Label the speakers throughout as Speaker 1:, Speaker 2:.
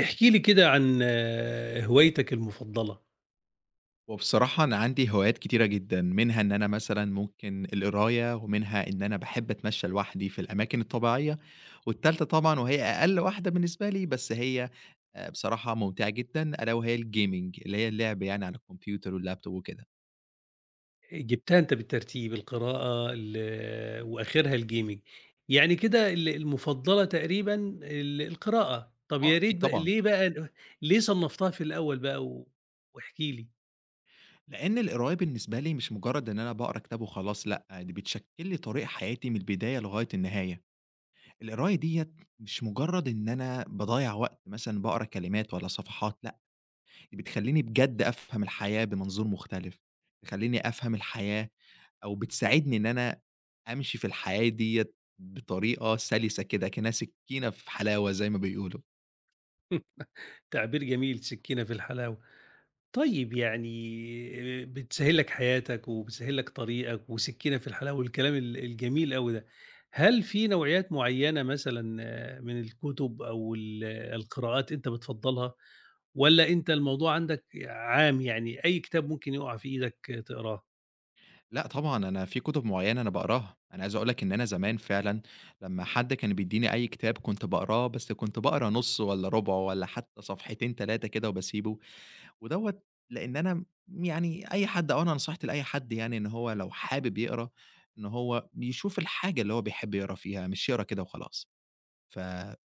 Speaker 1: احكِ لي كده عن هوايتك المفضلة.
Speaker 2: وبصراحة أنا عندي هوايات كتيرة جدًا، منها إن أنا مثلًا ممكن القراية، ومنها إن أنا باحب أتمشى لوحدي في الأماكن الطبيعية، والتالتة طبعًا وهي أقل واحدة بالنسبة لي بس هي بصراحة ممتعة جدًا ألا وهي الgaming اللي هي اللعب يعني على الكمبيوتر واللابتوب وكده.
Speaker 1: جبتها أنت بالترتيب القراءة وآخرها الgaming، يعني كده المفضلة تقريبًا القراءة. طب
Speaker 2: آه
Speaker 1: يا
Speaker 2: أكيد
Speaker 1: ريت
Speaker 2: طبعًا،
Speaker 1: ليه صنّفتها في الأول بقى واحكِ لي؟
Speaker 2: لإن القراية بالنسبة لي مش مجرد إن أنا باقرا كتاب وخلاص لأ، دي بتشكل لي طريق حياتي من البداية لغاية النهاية. القراية ديّة مش مجرد إن أنا باضيّع وقت مثلًا باقرا كلمات والّا صفحات لأ. بتخلّيني بجد أفهم الحياة بمنظور مختلف، تخلّيني أفهم الحياة أو بتساعدني إن أنا أمشي في الحياة ديّة بطريقة سَلِسة كده، أكنّها سكينة في حلاوة زي ما بيقولوا.
Speaker 1: تعبير جميل، سكينة في الحلاوة. طيب، يعني بتسهّل لك حياتك، وبتسهّل لك طريقك، وسكينة في الحلاوة والكلام الجميل أوي ده. هل في نوعيات معيّنة مثلًا من الكتب أو القراءات أنت بتفضّلها، والّا أنت الموضوع عندك عام، يعني أي كتاب ممكن يُقع في إيدك تقراه؟
Speaker 2: لأ طبعًا، أنا في كُتب معيّنة أنا باقراها، أنا عايز أقول لك إن أنا زمان فعلًا لمّا حد كان بيدّيني أي كتاب كنت باقراه، بس كنت باقرا نُصّه والّا رُبعه والّا حتى صفحتين 3 كده وباسيبه. ودوّة لإن أنا يعني أي حد أو أنا نصحت لأي حد يعني إن هو لو حابب يقرا، إن هو يشوف الحاجة اللي هو بيحب يقرا فيها، مش يقرا كده وخلاص. ف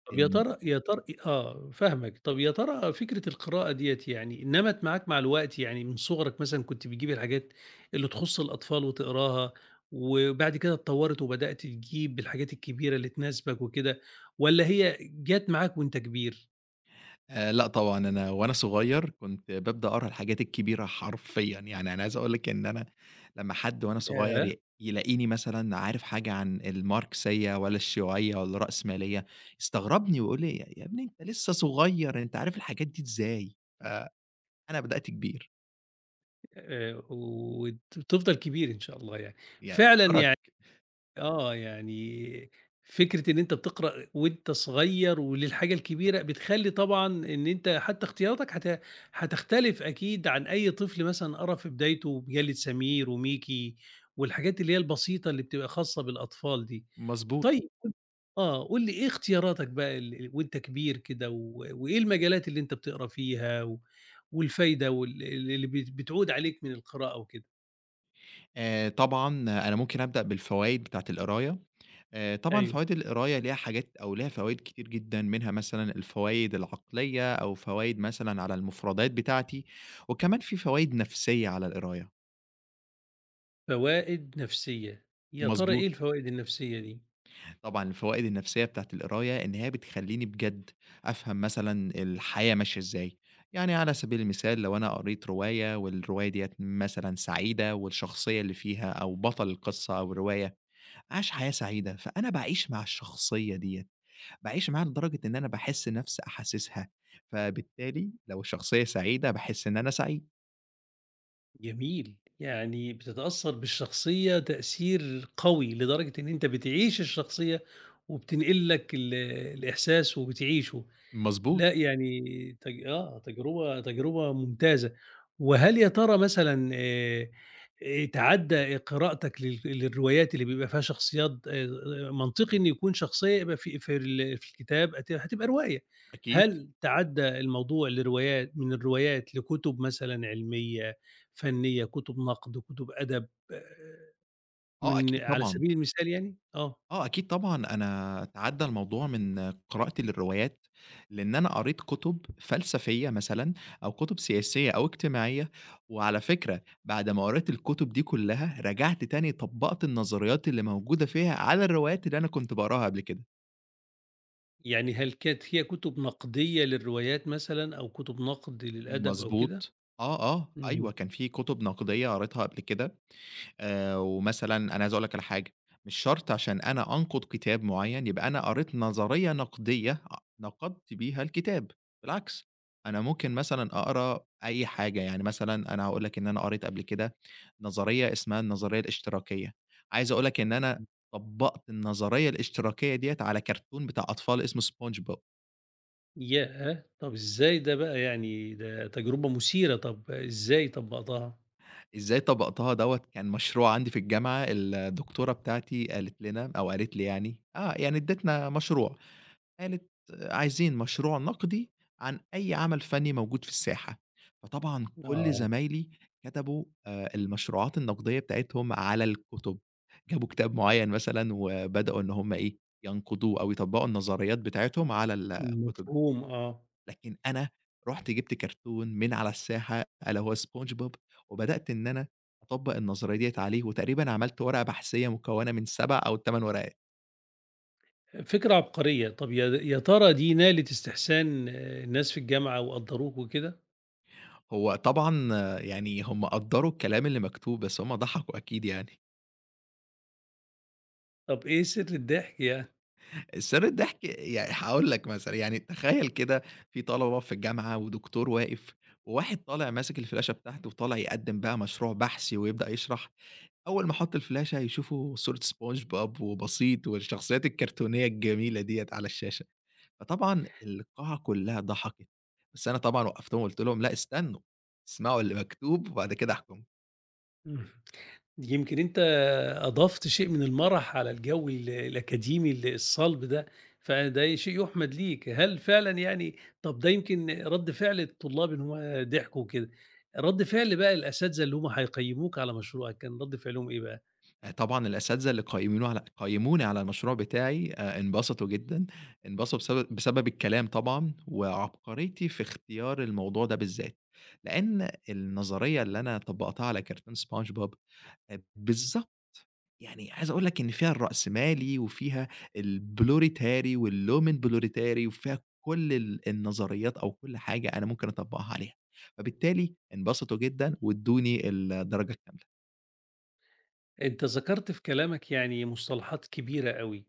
Speaker 1: طب يا
Speaker 2: إن
Speaker 1: ترى يا ترى فاهمك. طب يا ترى فكرة القراءة ديّة يعني نمَت معاك مع الوقت، يعني من صُغرك مثلًا كنت بتجيب الحاجات اللي تخُص الأطفال وتقراها، وبعد كده اتطوّرت وبدأت تجيب الحاجات الكبيرة اللي تناسبك وكده، والّا هي جات معاك وأنت كبير؟
Speaker 2: لأ طبعًا، أنا وأنا صغير كنت بابدأ أقرا الحاجات الكبيرة حرفيًا، يعني أنا عايز أقول لِك إن أنا لمّا حد وأنا صغير
Speaker 1: ياه!
Speaker 2: يلاقيني مثلًا عارف حاجة عن الماركسية ولا الشيوعية ولا الرأسمالية، يستغربني ويقول لي: "يا ابني أنت لسه صغير، أنت عارف الحاجات دي إزاي؟" فأنا بدأت كبير،
Speaker 1: وت تفضل كبير إن شاء الله يعني.
Speaker 2: يعني
Speaker 1: فعلًا يعني آه، يعني فكرة إن أنت بتقرأ وأنت صغير وللحاجة الكبيرة، بتخلّي طبعًا إن أنت حتى اختياراتك هتختلف أكيد عن أي طفل مثلًا قرا في بدايته بمجلة سمير وميكي والحاجات اللي هي البسيطة اللي بتبقى خاصة بالأطفال دي.
Speaker 2: مضبوط.
Speaker 1: طيب قُل لي إيه اختياراتك بقى وأنت كبير كده وإيه المجالات اللي أنت بتقرا فيها والفايدة اللي بتعود عليك من القراءة وكده؟
Speaker 2: طبعًا أنا ممكن أبدأ بالفوايد بتاعة القراية. طبعًا
Speaker 1: أيوه.
Speaker 2: فوايد القراية ليها حاجات أو ليها فوايد كتير جدًا، منها مثلًا الفوايد العقلية أو فوايد مثلًا على المفردات بتاعتي، وكمان في فوايد نفسية على القراية.
Speaker 1: فوائد نفسية، يا ترى إيه
Speaker 2: مضبوط.
Speaker 1: الفوائد النفسية دي؟
Speaker 2: طبعًا الفوايد النفسية بتاعة القراية إن هي بتخلّيني بجد أفهم مثلًا الحياة ماشية إزاي. يعني على سبيل المثال لو أنا قريت رواية والرواية ديّة مثلًا سعيدة والشخصية اللي فيها أو بطل القصة أو الرواية عاش حياة سعيدة، فأنا باعيش مع الشخصية ديّة، باعيش معاها لدرجة إن أنا باحس نفسي أحاسسها، فبالتالي لو الشخصية سعيدة باحس إن أنا سعيد.
Speaker 1: جميل، يعني بتتأثّر بالشخصية تأثير قوي لدرجة إن أنت بتعيش الشخصية وبتنقل لك الإحساس وبتعيشه.
Speaker 2: مضبوط،
Speaker 1: لأ، يعني تج آه، تجربة تجربة ممتازة. وهل يا ترى مثلًا تعدّى قراءتك للروايات اللي بيبقى فيها شخصيات، منطقي إن يكون شخصية يبقى في الكتاب، هتبقى رواية.
Speaker 2: أكيد،
Speaker 1: هل تعدّى الموضوع لروايات، من الروايات لكُتب مثلًا علمية، فنية، كُتب نقد، كُتب أدب،
Speaker 2: آه
Speaker 1: من
Speaker 2: أكيد
Speaker 1: على
Speaker 2: طبعًا،
Speaker 1: سبيل المثال يعني؟
Speaker 2: آه أكيد طبعًا، أنا اتعدّى الموضوع من قراءتي للروايات، لإن أنا قريت كُتب فلسفية مثلًا أو كُتب سياسية أو اجتماعية، وعلى فكرة بعد ما قريت الكُتب دي كلّها، رجعت تاني طبّقت النظريات اللي موجودة فيها على الروايات اللي أنا كنت باقراها قبل كده.
Speaker 1: يعني هل كانت هي كُتب نقدية للروايات مثلًا، أو كُتب نقد للأدب أو كده؟
Speaker 2: مضبوط. آه، آه،
Speaker 1: إمم.
Speaker 2: أيوه، كان في كُتب نقدية قريتها قبل كده، ومثلًا أنا عايز أقول لك على حاجة، مش شرط عشان أنا أنقد كتاب معيّن يبقى أنا قريت نظرية نقدية نقدت بيها الكتاب، بالعكس، أنا ممكن مثلًا أقرا أي حاجة، يعني مثلًا أنا هاقول لك إن أنا قريت قبل كده نظرية اسمها النظرية الاشتراكية، عايز أقول لك إن أنا طبّقت النظرية الاشتراكية ديّة على كرتون بتاع أطفال اسمه SpongeBob.
Speaker 1: ياه! طب إزاي ده بقى؟ يعني ده تجربة مثيرة، طب إزاي طبّقتها؟
Speaker 2: إزاي طبّقتها دوّة، كان مشروع عندي في الجامعة الدكتورة بتاعتي قالت لنا أو قالت لي يعني ادّتنا مشروع، قالت عايزين مشروع نقدي عن أي عمل فني موجود في الساحة، فطبعًا كل
Speaker 1: آه.
Speaker 2: زمايلي كتبوا المشروعات النقدية بتاعتهم على الكُتب، جابوا كتاب معيّن مثلًا وبدأوا إن هم إيه، ينقدوه أو يطبّقوا النظريات بتاعتهم على الكُتب.
Speaker 1: مفهوم.
Speaker 2: لكن أنا رُحت جِبت كرتون من على الساحة ألا وهو سبونج بوب، وبدأت إن أنا أطبّق النظرية ديّة عليه، وتقريبًا عملت ورقة بحثية مكوّنة من 7 أو 8 ورقات.
Speaker 1: فكرة عبقرية، طب يا ترى دي نالت استحسان الناس في الجامعة وقدّروك وكده؟
Speaker 2: هو طبعًا آه، يعني هم قدّروا الكلام اللي مكتوب، بس هم ضحكوا أكيد يعني.
Speaker 1: طب إيه سر الضحك يعني؟
Speaker 2: سر الضحك يعني هاقول لك مثلًا، يعني تخيّل كده في طلبة في الجامعة ودكتور واقف، وواحد طالع ماسك الفلاشة بتاعته وطالع يقدّم بقى مشروع بحثي ويبدأ يشرح، أول ما حَط الفلاشة يشوفوا صورة سبونج بوب وبسيط والشخصيات الكرتونية الجميلة ديّة على الشاشة، فطبعًا القاعة كلّها ضحكت، بس أنا طبعًا وقّفتهم وقُلت لهم: "لأ استنوا، اسمعوا اللي مكتوب وبعد كده احكموا."
Speaker 1: إمم. يمكن أنت أضفت شيء من المرح على الجو الأكاديمي الصلب ده، فده شيء يُحمد ليك. هل فعلًا يعني طَب ده يمكن رَد فعل الطلاب إن هم ضحكوا وكده، رَد فعل بقى الأساتذة اللي هم هيقيّموك على مشروعك، كان رَد فعلهم إيه بقى؟
Speaker 2: طبعًا الأساتذة اللي قيّموني على المشروع بتاعي انبسطوا جدًا، انبسطوا بسبب الكلام طبعًا، وعبقريتي في اختيار الموضوع ده بالذات، لإن النظرية اللي أنا طبّقتها على كرتون سبونج بوب بالضبط يعني عايز أقول لك إن فيها الرأسمالي وفيها البلوريتاري واللومن بلوريتاري وفيها كل النظريات أو كل حاجة أنا ممكن أطبّقها عليها، فبالتالي انبسطوا جدًا وادّوني الدرجة الكاملة.
Speaker 1: أنت ذكرت في كلامك يعني مصطلحات كبيرة أوي.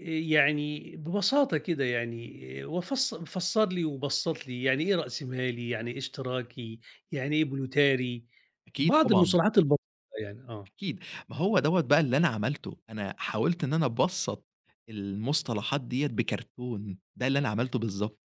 Speaker 1: يعني ببساطة كده يعني آه، وفص فسر لي وبسط لي يعني إيه رأس مالي، يعني إيه اشتراكي، يعني إيه بلوتاري،
Speaker 2: أكيد
Speaker 1: بعض
Speaker 2: طبعًا.
Speaker 1: المصطلحات البسيطة يعني
Speaker 2: أكيد، ما هو دوّة بقى اللي أنا عملته، أنا حاولت إن أنا أبسّط المصطلحات ديّة بكرتون، ده اللي أنا عملته بالضبط.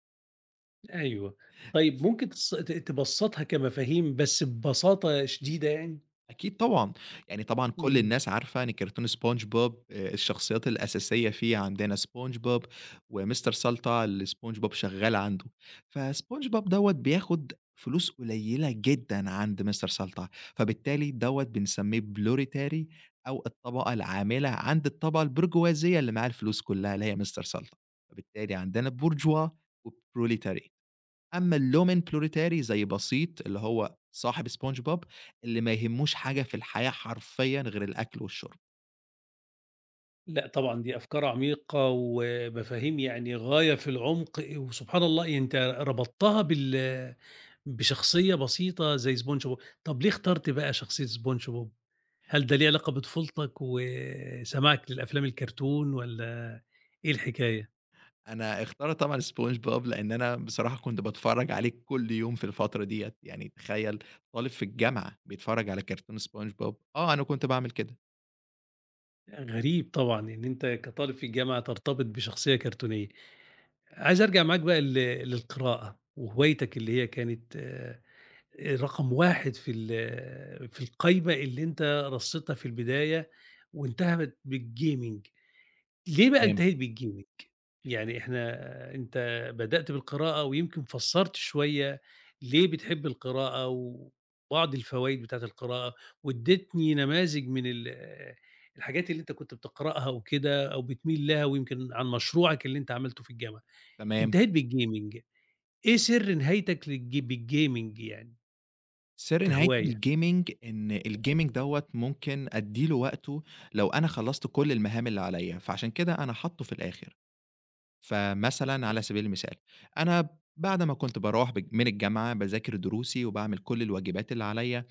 Speaker 1: أيوه. طيب ممكن تص ت تبسطها كمفاهيم بس ببساطة شديدة يعني؟
Speaker 2: أكيد طبعًا، يعني طبعًا كل
Speaker 1: إمم.
Speaker 2: الناس عارفة إن كرتون سبونج بوب الشخصيات الأساسية فيه عندنا سبونج بوب ومستر سلطة اللي سبونج بوب شغال عنده، فسبونج بوب دوّة بياخد فلوس قليلة جدًا عند مستر سلطة، فبالتالي دوّة بنسميه Prioritary أو الطبقة العاملة عند الطبقة البرجوازية اللي معاها الفلوس كلها اللي هي مستر سلطة، فبالتالي عندنا Bourgeois وProletary. أمّا الLomenploritarii زي بسيط اللي هو صاحب سبونج بوب، اللي ما يهمّوش حاجة في الحياة حرفيًا غير الأكل والشرب.
Speaker 1: لأ طبعًا، دي أفكار عميقة ومفاهيم يعني غاية في العمق، وسبحان الله، يعني أنت ربطتها بشخصية بسيطة زي سبونج بوب، طب ليه اخترت بقى شخصية سبونج بوب؟ هل ده ليه علاقة بطفولتك وسماعك للأفلام الكرتون، والّا إيه الحكاية؟
Speaker 2: أنا اختارة طبعًا سبونج بوب لإن أنا بصراحة كنت باتفرّج عليه كل يوم في الفترة ديّة، يعني تخيّل طالب في الجامعة بيتفرّج على كرتون سبونج بوب! آه، أنا كنت باعمل كده.
Speaker 1: غريب طبعًا إن أنت كطالب في الجامعة ترتبط بشخصية كرتونية. عايز أرجع معاك بقى للقراءة وهوايتك اللي هي كانت رقم 1 في القايمة اللي أنت رصيتها في البداية، وانتهت بالgaming. ليه بقى
Speaker 2: تمام،
Speaker 1: انتهت بالgaming؟ يعني إحنا أنت بدأت بالقراءة، ويمكن فسّرت شوية ليه بتحب القراءة وبعض الفوايد بتاعة القراءة، وادّيتني نماذج من الحاجات اللي أنت كنت بتقرأها وكده، أو بتميل لها، ويمكن عن مشروعك اللي أنت عملته في الجامعة.
Speaker 2: تمام.
Speaker 1: انتهيت بالgaming، إيه سر نهايتك بالgaming يعني
Speaker 2: سِر نهايتي
Speaker 1: كهواية؟
Speaker 2: بالgaming إن الgaming دوّة ممكن أدّي له وقته لو أنا خلّصت كل المهام اللي عليّا، فعشان كده أنا حاطّه في الآخر. فمثلًا على سبيل المثال، أنا بعد ما كنت باروّح بج من الجامعة باذاكر دروسي وباعمل كل الواجبات اللي عليّا،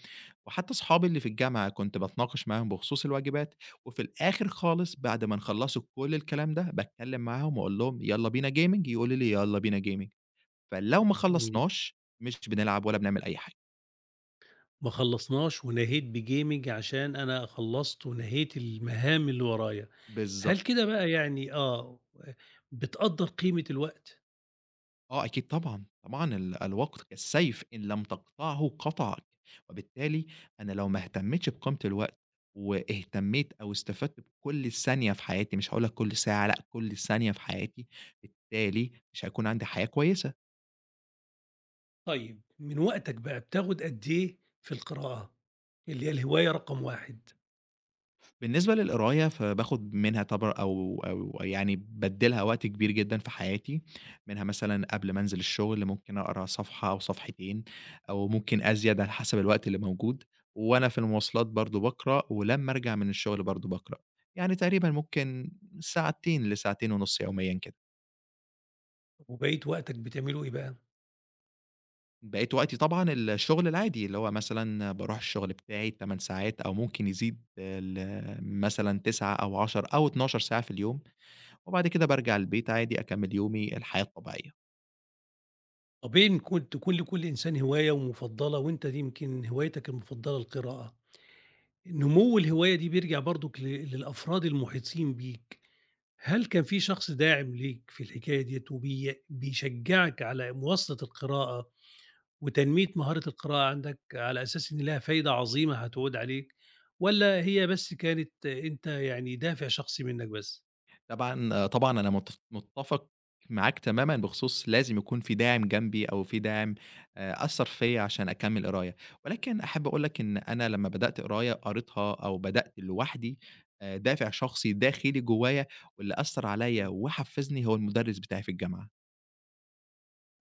Speaker 2: وحتى أصحابي اللي في الجامعة كنت باتناقش معاهم بخصوص الواجبات، وفي الآخر خالص بعد ما نخلّصوا كل الكلام ده، باتكلم معاهم وأقول لهم يالّا بينا gaming يقولوا لي يالّا بينا gaming فلو ما
Speaker 1: إمم،
Speaker 2: خلّصناش مش بنلعب ولا بنعمل أي حاجة.
Speaker 1: ما خلّصناش ونهيت بgaming عشان أنا خلّصت ونهيت المهام اللي ورايا.
Speaker 2: بالضبط.
Speaker 1: هل كده بقى يعني بتقدّر قيمة الوقت؟
Speaker 2: آه أكيد طبعًا، طبعًا الوقت كالسيف إن لم تقطعه قطعك، وبالتالي أنا لو ما اهتمتش بقيمة الوقت واهتميت أو استفدت بكل ثانية في حياتي، مش هاقول لك كل ساعة لأ، كل ثانية في حياتي، بالتالي مش هيكون عندي حياة كويسة.
Speaker 1: طيب من وقتك بقى بتاخد قد إيه في القراءة، اللي هي الهواية رقم 1؟
Speaker 2: بالنسبة للقراية فباخد منها طبعًا أو يعني بادّلها وقت كبير جدًا في حياتي، منها مثلًا قبل ما أنزل الشغل ممكن أقرا صفحة أو صفحتين أو ممكن أزيد على حسب الوقت اللي موجود، وأنا في المواصلات برضه باقرا، ولمّا أرجع من الشغل برضه باقرا، يعني تقريبًا ممكن ساعتين لساعتين ونُص يوميًا كده.
Speaker 1: وبقية وقتك بتعمله إيه بقى؟
Speaker 2: بقية وقتي طبعًا الشغل العادي، اللي هو مثلًا باروح الشغل بتاعي ال8 ساعات أو ممكن يزيد ل مثلًا 9 أو 10 أو 12 ساعة في اليوم، وبعد كده بارجع البيت عادي أكمّل يومي الحياة الطبيعية.
Speaker 1: طبيعي إن كنت تكون لكل إنسان هواية ومفضّلة، وأنت دي يمكن هوايتك المفضّلة القراءة، نمو الهواية دي بيرجع برضك للأفراد المحيطين بيك. هل كان في شخص داعم ليك في الحكاية ديّة، بيشجّعك على مواصلة القراءة وتنمية مهارة القراءة عندك، على أساس إن لها فايدة عظيمة هتعود عليك، والّا هي بس كانت أنت يعني دافع شخصي منّك بس؟
Speaker 2: طبعًا طبعًا أنا متّفق معاك تمامًا بخصوص لازم يكون في داعم جنبي أو في داعم أثّر فيّا عشان أكمّل قراية، ولكن أحب أقول لك إن أنا لمّا بدأت قراية قريتها أو بدأت لوحدي، دافع شخصي داخلي جوّايا واللي أثّر عليّا
Speaker 1: إمم.
Speaker 2: وحفّزني هو المُدرِّس بتاعي في الجامعة.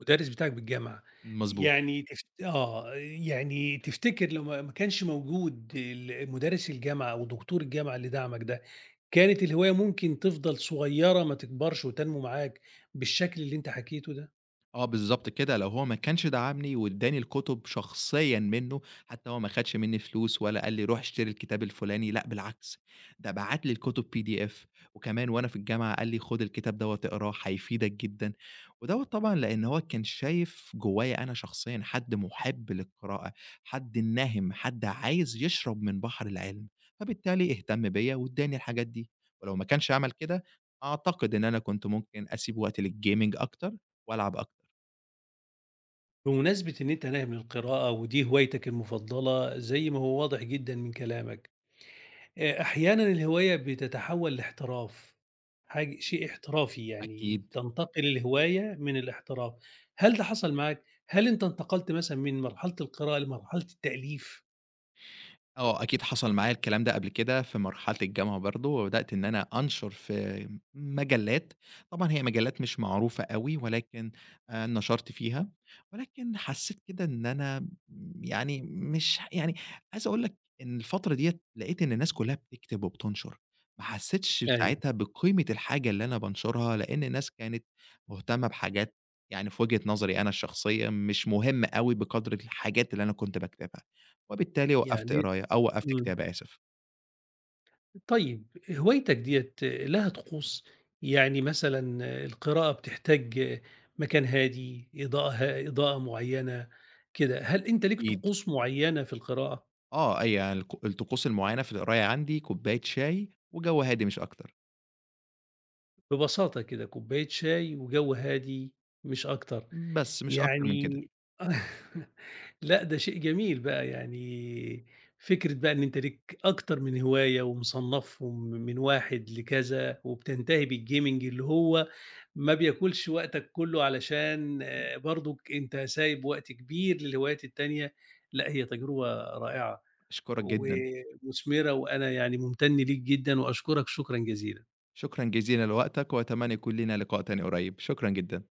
Speaker 1: المدرس بتاعك بالجامعة،
Speaker 2: مضبوط.
Speaker 1: يعني تف آه، يعني تفتكر لو ما كانش موجود مدرس الجامعة أو دكتور الجامعة اللي دعمك ده، كانت الهواية ممكن تفضل صغيّرة ما تكبرش وتنمو معاك بالشكل اللي أنت حكيته ده؟
Speaker 2: آه بالضبط كده، لو هو ما كانش دعمني وادّاني الكُتب شخصيًا منّه، حتى هو ما خدش منّي فلوس ولا قال لي روح اشتري الكتاب الفُلاني، لأ بالعكس، ده بعت لي الكُتب PDF وكمان وأنا في الجامعة قال لي خُد الكتاب دوّة اقراه هيفيدك جدًا، ودوّة طبعًا لإن هو كان شايف جوّايا أنا شخصيًا حد مُحِب للقراءة، حد ناهم، حد عايز يشرب من بحر العلم، فبالتالي اهتم بيّا وادّاني الحاجات دي، ولو ما كانش عمل كده أعتقد إن أنا كنت ممكن أسيب وقت للgaming أكتر وألعب أكتر.
Speaker 1: بمناسبة إن أنت ناهِب للقراءة ودي هوايتك المفضلة زي ما هو واضح جدًا من كلامك، أحيانًا الهواية بتتحوّل لاحتراف، شيء احترافي، يعني
Speaker 2: أكيد،
Speaker 1: تنتقل الهواية من الاحتراف، هل ده حصل معاك؟ هل أنت انتقلت مثلًا من مرحلة القراءة لمرحلة التأليف؟
Speaker 2: آه، أكيد حصل معايا الكلام ده قبل كده في مرحلة الجامعة برضه، وبدأت إن أنا أنشر في مجلات، طبعًا هي مجلات مش معروفة أوي، ولكن نشرت فيها، ولكن حسيت كده إن أنا يعني مش يعني عايز أقول لك إن الفترة ديّة لقيت إن الناس كلها بتكتب وبتنشر، ما حسيتش
Speaker 1: أيوه.
Speaker 2: ساعتها بقيمة الحاجة اللي أنا بانشرها، لأن الناس كانت مهتمة بحاجات يعني في وجهة نظري أنا الشخصية مش مهمة أوي بقدر الحاجات اللي أنا كنت باكتبها. وبالتالي وقّفت
Speaker 1: يعني
Speaker 2: قراية أو وقّفت
Speaker 1: إمم.
Speaker 2: كتابة آسف.
Speaker 1: طيب، هوايتك ديّة لها طقوس؟ يعني مثلًا القراءة بتحتاج مكان هادي، إضاءة معيّنة كده، هل أنت ليك
Speaker 2: أكيد.
Speaker 1: طقوس معيّنة في القراءة؟
Speaker 2: آه، هي الطقوس المعيّنة في القراية عندي كوباية شاي وجَو هادي مش أكتر،
Speaker 1: ببساطة كده كوباية شاي وجَو هادي، مش أكتر.
Speaker 2: بس مش أكتر من كده.
Speaker 1: يعني لأ، ده شيء جميل بقى، يعني فكرة بقى إن أنت ليك أكتر من هواية ومصنّفهم من 1 لكذا، وبتنتهي بالgaming اللي هو ما بياكلش وقتك كُلّه، علشان برضُك أنت سايب وقت كبير للهوايات التانية. لأ، هي تجربة رائعة
Speaker 2: أشكرك جدًا،
Speaker 1: ومثمرة، وأنا يعني ممتن ليك جدًا وأشكرك شكرًا جزيلًا.
Speaker 2: شكرًا جزيلًا لوقتك وأتمنى يكون لينا لقاء تاني قريب، شكرًا جدًا.